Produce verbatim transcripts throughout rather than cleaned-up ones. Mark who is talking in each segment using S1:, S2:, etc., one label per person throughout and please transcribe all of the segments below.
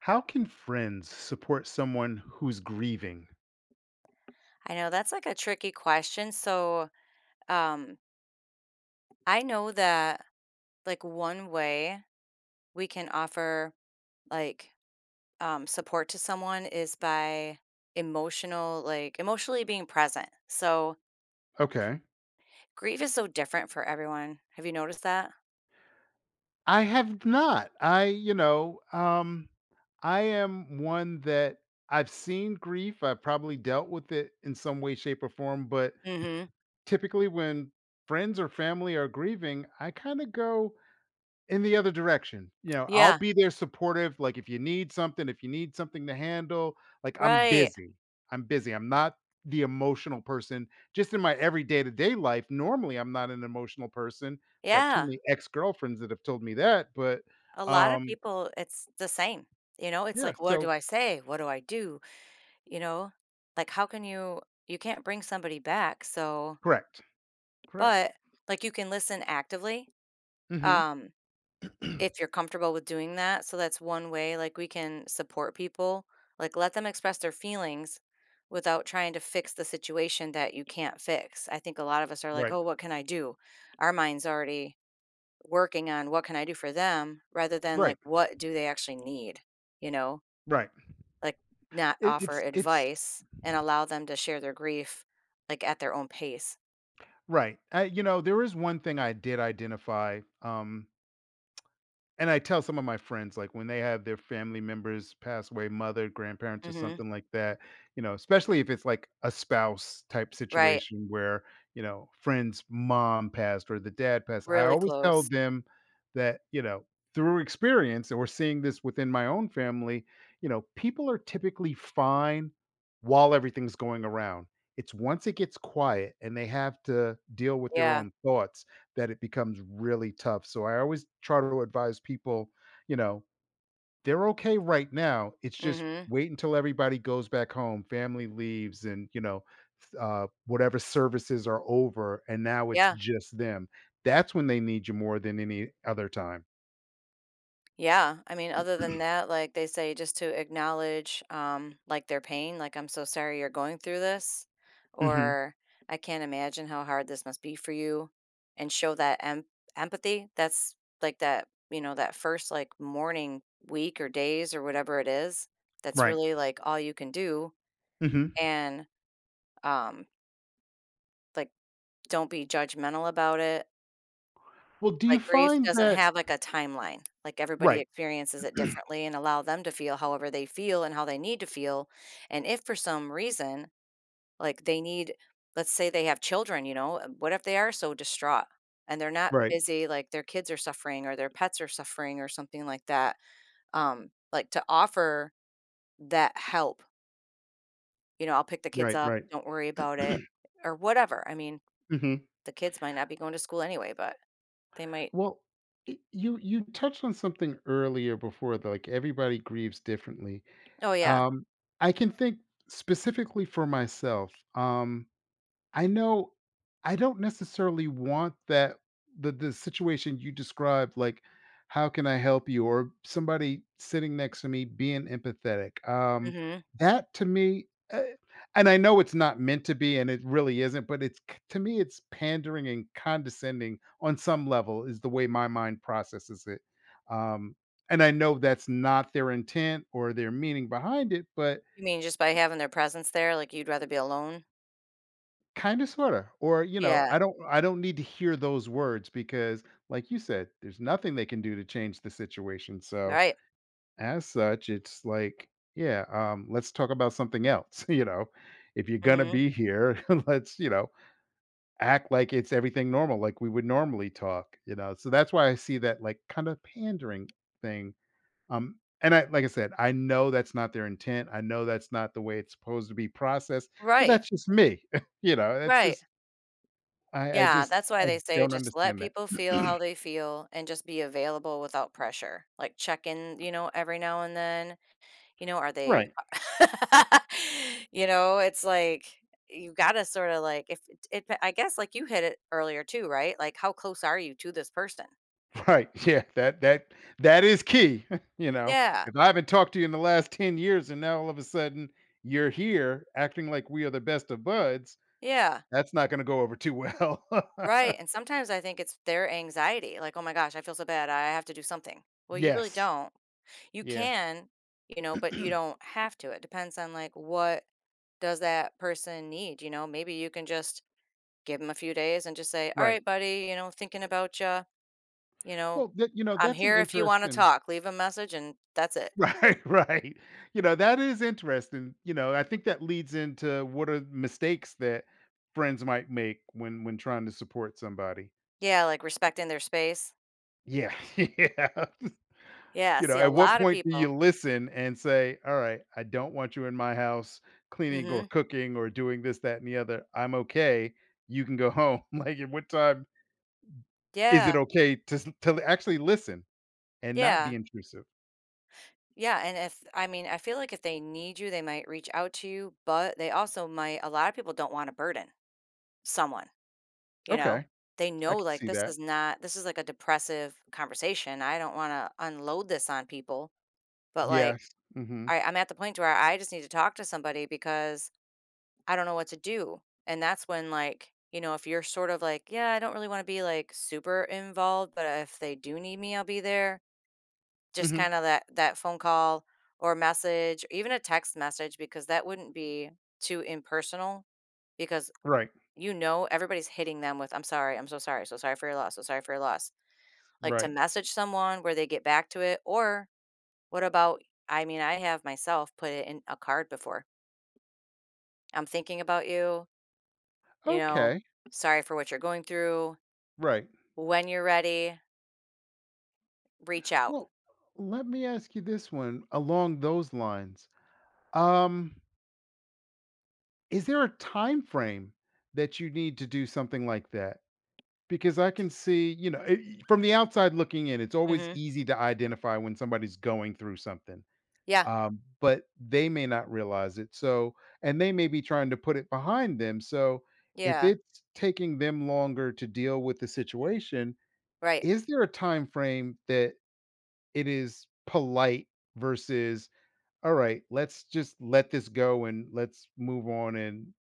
S1: How can friends support someone who's grieving?
S2: I know that's like a tricky question. So, um, I know that like one way we can offer like um, support to someone is by emotional, like emotionally being present. So,
S1: Okay.
S2: grief is so different for everyone. Have you noticed that?
S1: I have not. I, you know, um, I am one that I've seen grief. I've probably dealt with it in some way, shape, or form. But
S2: Mm-hmm.
S1: typically, when friends or family are grieving, I kind of go in the other direction. You know, I'll
S2: Yeah.
S1: be there supportive. Like if you need something, if you need something to handle, like I'm
S2: Right.
S1: busy. I'm busy. I'm not the emotional person. Just in my everyday to day life, normally I'm not an emotional person. Got too
S2: Yeah.
S1: many ex girlfriends that have told me that, but
S2: A lot of
S1: um,
S2: people, it's the same. You know, it's
S1: yeah.
S2: like, what do
S1: So
S2: I say? What do I do? You know, like, how can you, you can't bring somebody back. So,
S1: correct, correct.
S2: But, like, you can listen actively,
S1: Hmm.
S2: um, if you're comfortable with doing that, so that's one way, like, we can support people, like, let them express their feelings without trying to fix the situation that you can't fix. I think a lot of us are like,
S1: Right,
S2: "Oh, what can I do?" Our mind's already working on what can I do for them rather than, like,
S1: right,
S2: what do they actually need, you know?
S1: right.
S2: Like, not
S1: It,
S2: offer
S1: it's it's
S2: advice and allow them to share their grief, like, at their own pace.
S1: right. I, you know, there is one thing I did identify. Um, And I tell some of my friends, like, when they have their family members pass away, mother, grandparents, or
S2: Mhm.
S1: something like that, you know, especially if it's like a spouse type
S2: Right.
S1: situation where, you know, friend's mom passed or the dad passed, I
S2: Really
S1: always tell
S2: close.
S1: them that, you know, through experience, and we're seeing this within my own family, you know, people are typically fine while everything's going around. It's once it gets quiet and they have to deal with their
S2: Yeah.
S1: own thoughts that it becomes really tough. So I always try to advise people, you know, they're okay right now. It's just
S2: Mhm.
S1: wait until everybody goes back home, family leaves, and you know, s- uh, whatever services are over, and now it's
S2: Yeah,
S1: just them. That's when they need you more than any other time.
S2: yeah. I mean, other than that, like they say just to acknowledge um like their pain, like I'm so sorry you're going through this
S1: Hmm.
S2: or I can't imagine how hard this must be for you and show that em- empathy. That's like that, you know, that first like morning week or days or whatever it is. That's
S1: Right.
S2: really like all you can do
S1: Hmm.
S2: and um like don't be judgmental about it.
S1: Well, do you
S2: Like, grief
S1: find
S2: doesn't
S1: that?
S2: have, like, a timeline, like, everybody
S1: Right.
S2: experiences it differently and allow them to feel however they feel and how they need to feel, and if for some reason, like, they need let's say they have children, you know, uh, what if they are so distraught and they're not
S1: Right.
S2: busy, like, their kids are suffering or their pets are suffering or something like that, um, like, to offer that help, you know, "I'll pick the kids
S1: Right.
S2: up,
S1: Right.
S2: don't worry about it," or whatever, I mean,
S1: Hmm.
S2: the kids might not be going to school anyway, but they might.
S1: Well, y- you you touched on something earlier before that, like everybody grieves differently.
S2: Oh, yeah.
S1: Um, I can think specifically for myself. Um, I know I don't necessarily want that the the situation you described, like, "How can I help you?" or somebody sitting next to me being empathetic. Um,
S2: Mhm.
S1: that to me, uh and I know it's not meant to be, and it really isn't, but it's k to me, it's pandering and condescending on some level is the way my mind processes it. Um, and I know that's not their intent or their meaning behind it, but
S2: You mean just by having their presence there, like, you'd rather be alone?
S1: kinda, sorta, or, you know,
S2: Yeah,
S1: I don't I don't need to hear those words because, like you said, there's nothing they can do to change the situation, so,
S2: right,
S1: as such, it's like, yeah, um, let's talk about something else, you know? If you're gonna
S2: mhm,
S1: be here, let's, you know, act like it's everything normal, like we would normally talk, you know? So that's why I see that, like, kinda pandering thing, um, and I like I said, I know that's not their intent, I know that's not the way it's supposed to be processed, but
S2: right,
S1: that's just me, you know? That's
S2: right,
S1: just I I
S2: yeah,
S1: just
S2: that's why
S1: I
S2: they say
S1: don't
S2: just let
S1: understand
S2: people feel
S1: that.
S2: how they feel and just be available without pressure, like, check in, you know, every now and then, you know, are they,
S1: Right,
S2: you know, it's like, you gotta sorta, like, if it it I guess, like, you hit it earlier too, right? Like, how close are you to this person?
S1: right, yeah, that that that is key, you know?
S2: Yeah,
S1: If I haven't talked to you in the last ten years and now all of a sudden you're here acting like we are the best of buds,
S2: yeah.
S1: that's not gonna go over too well.
S2: Right, and sometimes I think it's their anxiety, like, "Oh my gosh, I feel so bad, I have to do something." Well, you really
S1: Yes,
S2: don't. You
S1: yeah,
S2: can, you know, but you don't have to. It depends on, like, what does that person need, you know? Maybe you can just give them a few days and just say, "All
S1: right.
S2: right, buddy, you know, thinking about you. You know,
S1: Well, that you know,
S2: I'm
S1: that's an
S2: here if you wanna
S1: interesting
S2: talk." Leave a message and that's it.
S1: right, right. You know, that is interesting, you know, I think that leads into what are mistakes that friends might make when when trying to support somebody.
S2: Yeah, like, respecting their space.
S1: Yeah, yeah.
S2: Yeah,
S1: You know,
S2: see, a
S1: at what
S2: lot of
S1: point do you
S2: people.
S1: listen and say, "All right, I don't want you in my house cleaning or
S2: Mhm.
S1: cooking or doing this, that, and the other. I'm okay. You can go home." Like, at what time is it
S2: Yeah,
S1: okay to s to actually listen and not be
S2: yeah.
S1: intrusive?
S2: Yeah, and if I mean, I feel like if they need you, they might reach out to you, but they also might a lot of people don't want to burden someone, you know?
S1: Okay,
S2: They
S1: I
S2: know
S1: can
S2: like
S1: see
S2: this
S1: that.
S2: is not this is like a depressive conversation. I don't want to unload this on people, but like
S1: Yes. Mhm.
S2: I, I'm at the point where I just need to talk to somebody because I don't know what to do. And that's when like, you know, if you're sort of like, yeah, I don't really want to be like super involved, but if they do need me, I'll be there. Just
S1: Mhm.
S2: kinda that that phone call or message, or even a text message because that wouldn't be too impersonal because
S1: Right,
S2: you know everybody's hitting them with, "I'm sorry, I'm so sorry, so sorry for your loss, so sorry for your loss." Like, to
S1: right.
S2: message someone where they get back to it or what about I mean, I have myself put it in a card before. "I'm thinking about you," you know,
S1: Okay,
S2: "Sorry for what you're going through.
S1: right.
S2: When you're ready, reach out."
S1: Well, let me ask you this one along those lines. Um, is there a time frame that you need to do something like that? Because I can see, you know, it, from the outside looking in, it's always
S2: Mhm.
S1: easy to identify when somebody's going through something,
S2: Yeah,
S1: um, but they may not realize it. So, and they may be trying to put it behind them. So, if
S2: yeah,
S1: it's taking them longer to deal with the situation,
S2: right.
S1: is there a time frame that it is polite versus all right, let's just let this go and let's move on and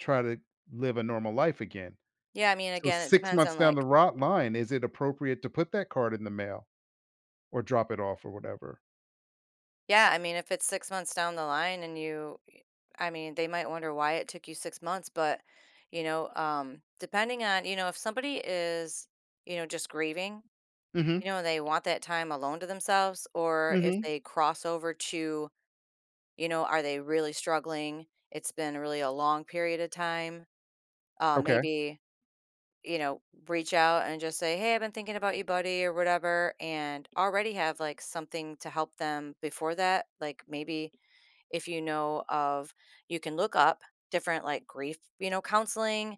S1: try to live a normal life again.
S2: Yeah, I mean,
S1: So
S2: again, it
S1: six
S2: depends
S1: months
S2: on,
S1: down the
S2: like.
S1: rot line, is it appropriate to put that card in the mail or drop it off or whatever?
S2: Yeah, I mean, if it's six months down the line and you I mean, they might wonder why it took you six months, but, you know, um, depending on you know, if somebody is, you know, just grieving, you
S1: Mhm,
S2: know, they want that time alone to themselves, or if
S1: mhm.
S2: they cross over to, you know, are they really struggling? It's been really a long period of time, uh,
S1: Okay.
S2: maybe, you know, reach out and just say, "Hey, I've been thinking about you, buddy," or whatever, and already have, like, something to help them before that, like, maybe if you know of you can look up different like grief you know counseling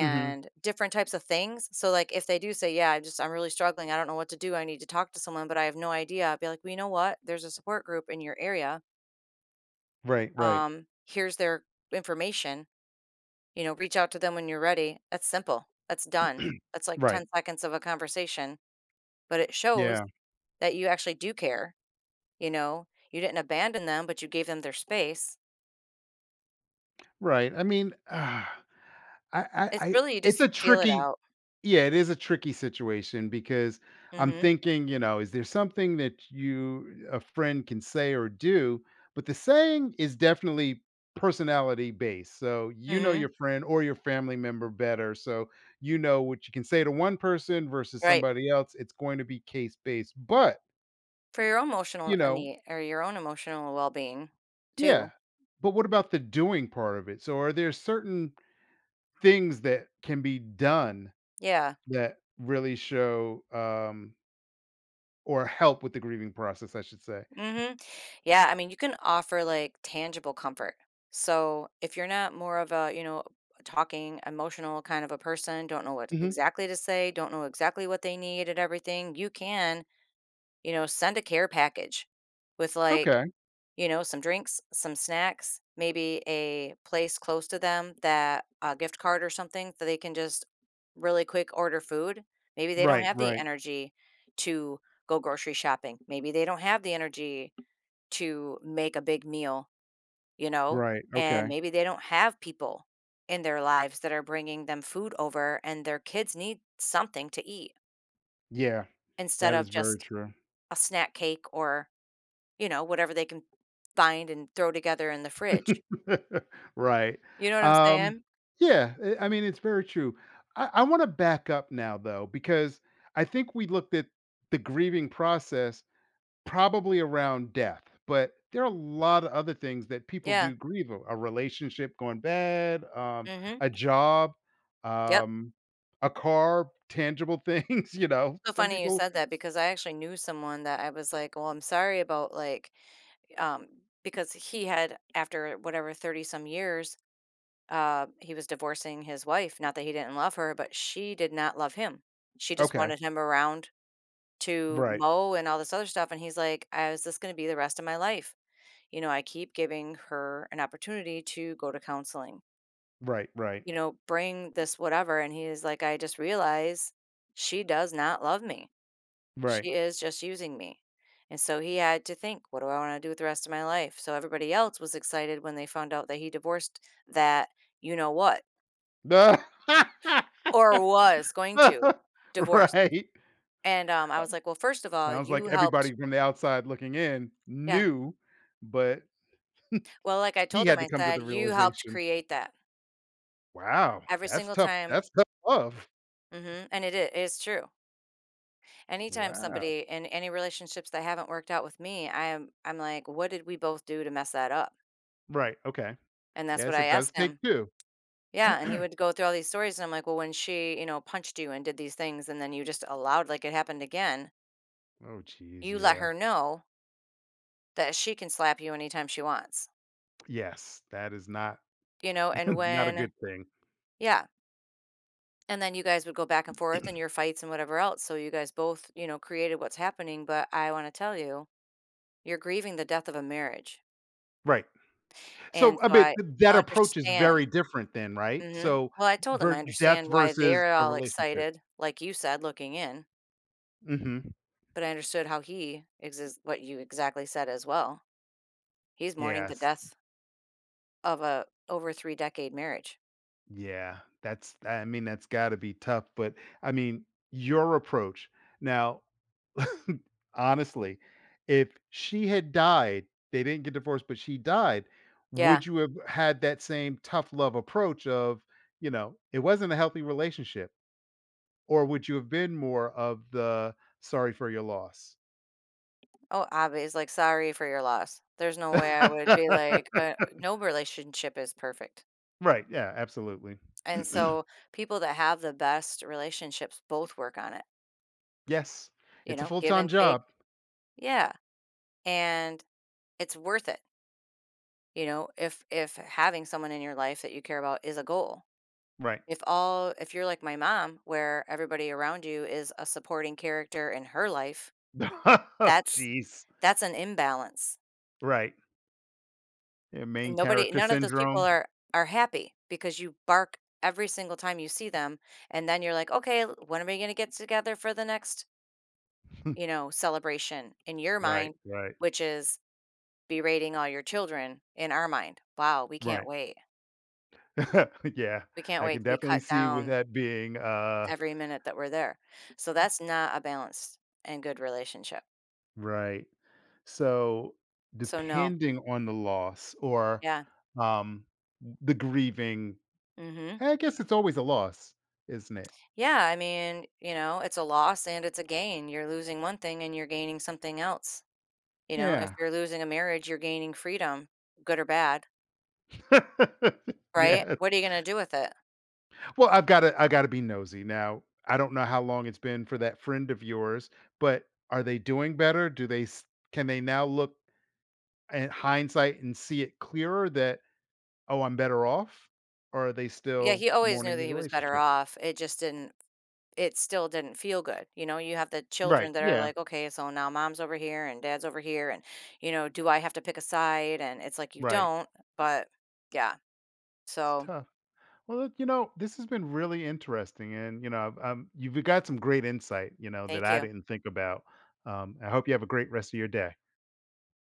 S1: Mhm.
S2: different types of things so like if they do say yeah i just I'm really struggling I don't know what to do I need to talk to someone but I have no idea I'd be like well you know what there's a support group in your area
S1: Right, right,
S2: um here's their information you know reach out to them when you're ready that's simple that's done that's like ten
S1: right.
S2: seconds of a conversation but it shows
S1: Yeah,
S2: that you actually do care you know you didn't abandon them but you gave them their space.
S1: right. I mean, ah, I I
S2: It's
S1: I
S2: really you
S1: it's
S2: just
S1: a
S2: feel it
S1: tricky
S2: out.
S1: yeah, it is a tricky situation because I'm
S2: Hmm.
S1: thinking, you know, is there something that you a friend can say or do? But the saying is definitely personality based. So you know
S2: Mhm.
S1: your friend or your family member better. So you know what you can say to one person versus
S2: Right.
S1: somebody else. It's going to be case based. But,
S2: For your own emotional
S1: you
S2: a
S1: know,
S2: nee or your own emotional well-being too.
S1: yeah. But what about the doing part of it? So are there certain things that can be done
S2: Yeah.
S1: that really show um, or help with the grieving process, I should say.
S2: Mhm. Yeah, I mean, you can offer, like, tangible comfort. So, if you're not more of a, you know, talking emotional kind of a person, don't know what
S1: Mhm.
S2: exactly to say, don't know exactly what they need and everything, you can, you know, send a care package with, like,
S1: Okay.
S2: you know, some drinks, some snacks, maybe a place close to them that a gift card or something that they can just really quick order food. Maybe they don't
S1: Right,
S2: have the
S1: right,
S2: energy to go grocery shopping. Maybe they don't have the energy to make a big meal, you know,
S1: right.
S2: and
S1: Okay.
S2: maybe they don't have people in their lives that are bringing them food over and their kids need something to eat
S1: Yeah,
S2: instead
S1: that
S2: of
S1: is very
S2: just
S1: true.
S2: a snack cake or, you know, whatever they can find and throw together in the fridge.
S1: Right.
S2: You know what I'm
S1: Um,
S2: saying?
S1: yeah, eh, I mean, it's very true. I I wanna back up now, though, because I think we looked at the grieving process probably around death, but there are a lot of other things that people
S2: Yeah,
S1: do grieve o a relationship going bad, um,
S2: mhm,
S1: a job,
S2: yep,
S1: um, a car, tangible things, you know?
S2: so
S1: Some
S2: funny you
S1: people
S2: said that because I actually knew someone that I was like, "Well, I'm sorry about, like," um, because he had after whatever, thirty some years, uh, he was divorcing his wife, not that he didn't love her, but she did not love him. She just
S1: okay.
S2: wanted him around to
S1: Right.
S2: mow and all this other stuff, and he's like, I is this gonna be the rest of my life? You know, I keep giving her an opportunity to go to counseling."
S1: Right. Right.
S2: You know, bring this whatever. And he is like, I just realized she does not love me.
S1: Right.
S2: She is just using me. And so he had to think, what do I want to do with the rest of my life? So everybody else was excited when they found out that he divorced that, you know what,
S1: Duh.
S2: or was going to divorce.
S1: Right.
S2: And um, I
S1: Uh,
S2: was like, well, first of all,
S1: sounds like
S2: you helped.
S1: everybody from the outside looking in
S2: Yeah.
S1: knew, but
S2: Well, like I
S1: he
S2: told him,
S1: had to
S2: I
S1: come to
S2: said,
S1: the
S2: you helped
S1: realization,
S2: create that
S1: "Wow,
S2: every
S1: that's
S2: single
S1: tough.
S2: time.
S1: That's tough love.
S2: Hmm. And it is, it's true. Anytime
S1: Wow."
S2: somebody in any relationships that haven't worked out with me, I am I'm like, "What did we both do to mess that up?"
S1: Right. Okay.
S2: And that's what
S1: Yes,
S2: I
S1: it does
S2: asked
S1: take
S2: him.
S1: two.
S2: Yeah, and he would go through all these stories, and I'm like, "Well, when she, you know, punched you and did these things, and then you just allowed like it happened again,
S1: Oh, geez,
S2: you let her
S1: yeah.
S2: know that she can slap you anytime she wants."
S1: Yes, that is not
S2: You know, and
S1: not a
S2: when
S1: good thing.
S2: yeah, and then you guys would go back and forth and your fights and whatever else, so you guys both, you know, created what's happening, but I wanna tell you, you're grieving the death of a marriage,
S1: Right. So,
S2: and
S1: I
S2: so
S1: bet
S2: I
S1: that approach is
S2: understand.
S1: very different then, right?
S2: Mhm.
S1: So,
S2: Well, I told him
S1: ver
S2: I
S1: death
S2: understand why
S1: versus
S2: they're
S1: a
S2: all
S1: relationship.
S2: excited, like you said, looking in,
S1: Mhm.
S2: but I understood how he exis what you exactly said as well. He's mourning the
S1: Yes.
S2: death of a over three-decade marriage.
S1: Yeah. That's I mean, that's gotta be tough, but I mean, your approach. Now, honestly, if she had died, they didn't get divorced, but she died,
S2: Yeah.
S1: would you have had that same tough love approach of, you know, it wasn't a healthy relationship? Or would you have been more of the sorry for your loss?
S2: Oh, Abby's like, "Sorry for your loss." There's no way I would be like, uh, no relationship is perfect,
S1: Right. Yeah, absolutely.
S2: and so people that have the best relationships both work on it,
S1: Yes.
S2: you
S1: It's a
S2: know, give
S1: full-time
S2: and take.
S1: job.
S2: Yeah, and it's worth it, you know, if if having someone in your life that you care about is a goal.
S1: Right.
S2: If all if you're like my mom, where everybody around you is a supporting character in her life,
S1: Oh,
S2: that's
S1: jeez.
S2: that's an imbalance.
S1: Right. Yeah,
S2: And
S1: main
S2: nobody
S1: character
S2: none of those people
S1: syndrome.
S2: are are happy because you bark every single time you see them, and then you're like, "Okay, l- when are we going to get together for the next, you know, celebration?" in your
S1: Right,
S2: mind,
S1: right,
S2: which is berating all your children in our mind. Wow, we can't
S1: right.
S2: wait.
S1: Yeah,
S2: We can't
S1: I
S2: wait
S1: can
S2: to be
S1: definitely
S2: cut
S1: see with
S2: down
S1: that being, uh,
S2: every minute that we're there. So that's not a balanced and good relationship.
S1: right. So,
S2: So no.
S1: depending on the loss or,
S2: Yeah.
S1: um, the grieving
S2: Mhm.
S1: I guess it's always a loss, isn't it?
S2: Yeah, I mean, you know, it's a loss and it's a gain. You're losing one thing and you're gaining something else. You know, if
S1: Yeah.
S2: you're losing a marriage, you're gaining freedom, good or bad, right?
S1: Yeah.
S2: What are you going to do with it?
S1: Well, I've gotta I gotta be nosy. Now, I don't know how long it's been for that friend of yours, but are they doing better? Do they s Can they now look and hindsight and see it clearer that, "Oh, I'm better off," or are they
S2: Yeah,
S1: still
S2: he always knew
S1: mourning
S2: that
S1: the
S2: he was better
S1: relationship?
S2: off. It just didn't it still didn't feel good. You know, you have the
S1: Right,
S2: children that are
S1: yeah,
S2: like, "Okay, so now mom's over here and dad's over here and you know, do I have to pick a side?" And it's like you
S1: right.
S2: don't, but yeah.
S1: It's
S2: So,
S1: tough. Well, look, you know, this has been really interesting, and, you know, I've- um, you've got some great insight, you know, that
S2: thank
S1: I
S2: you.
S1: didn't think about. Um, I hope you have a great rest of your day.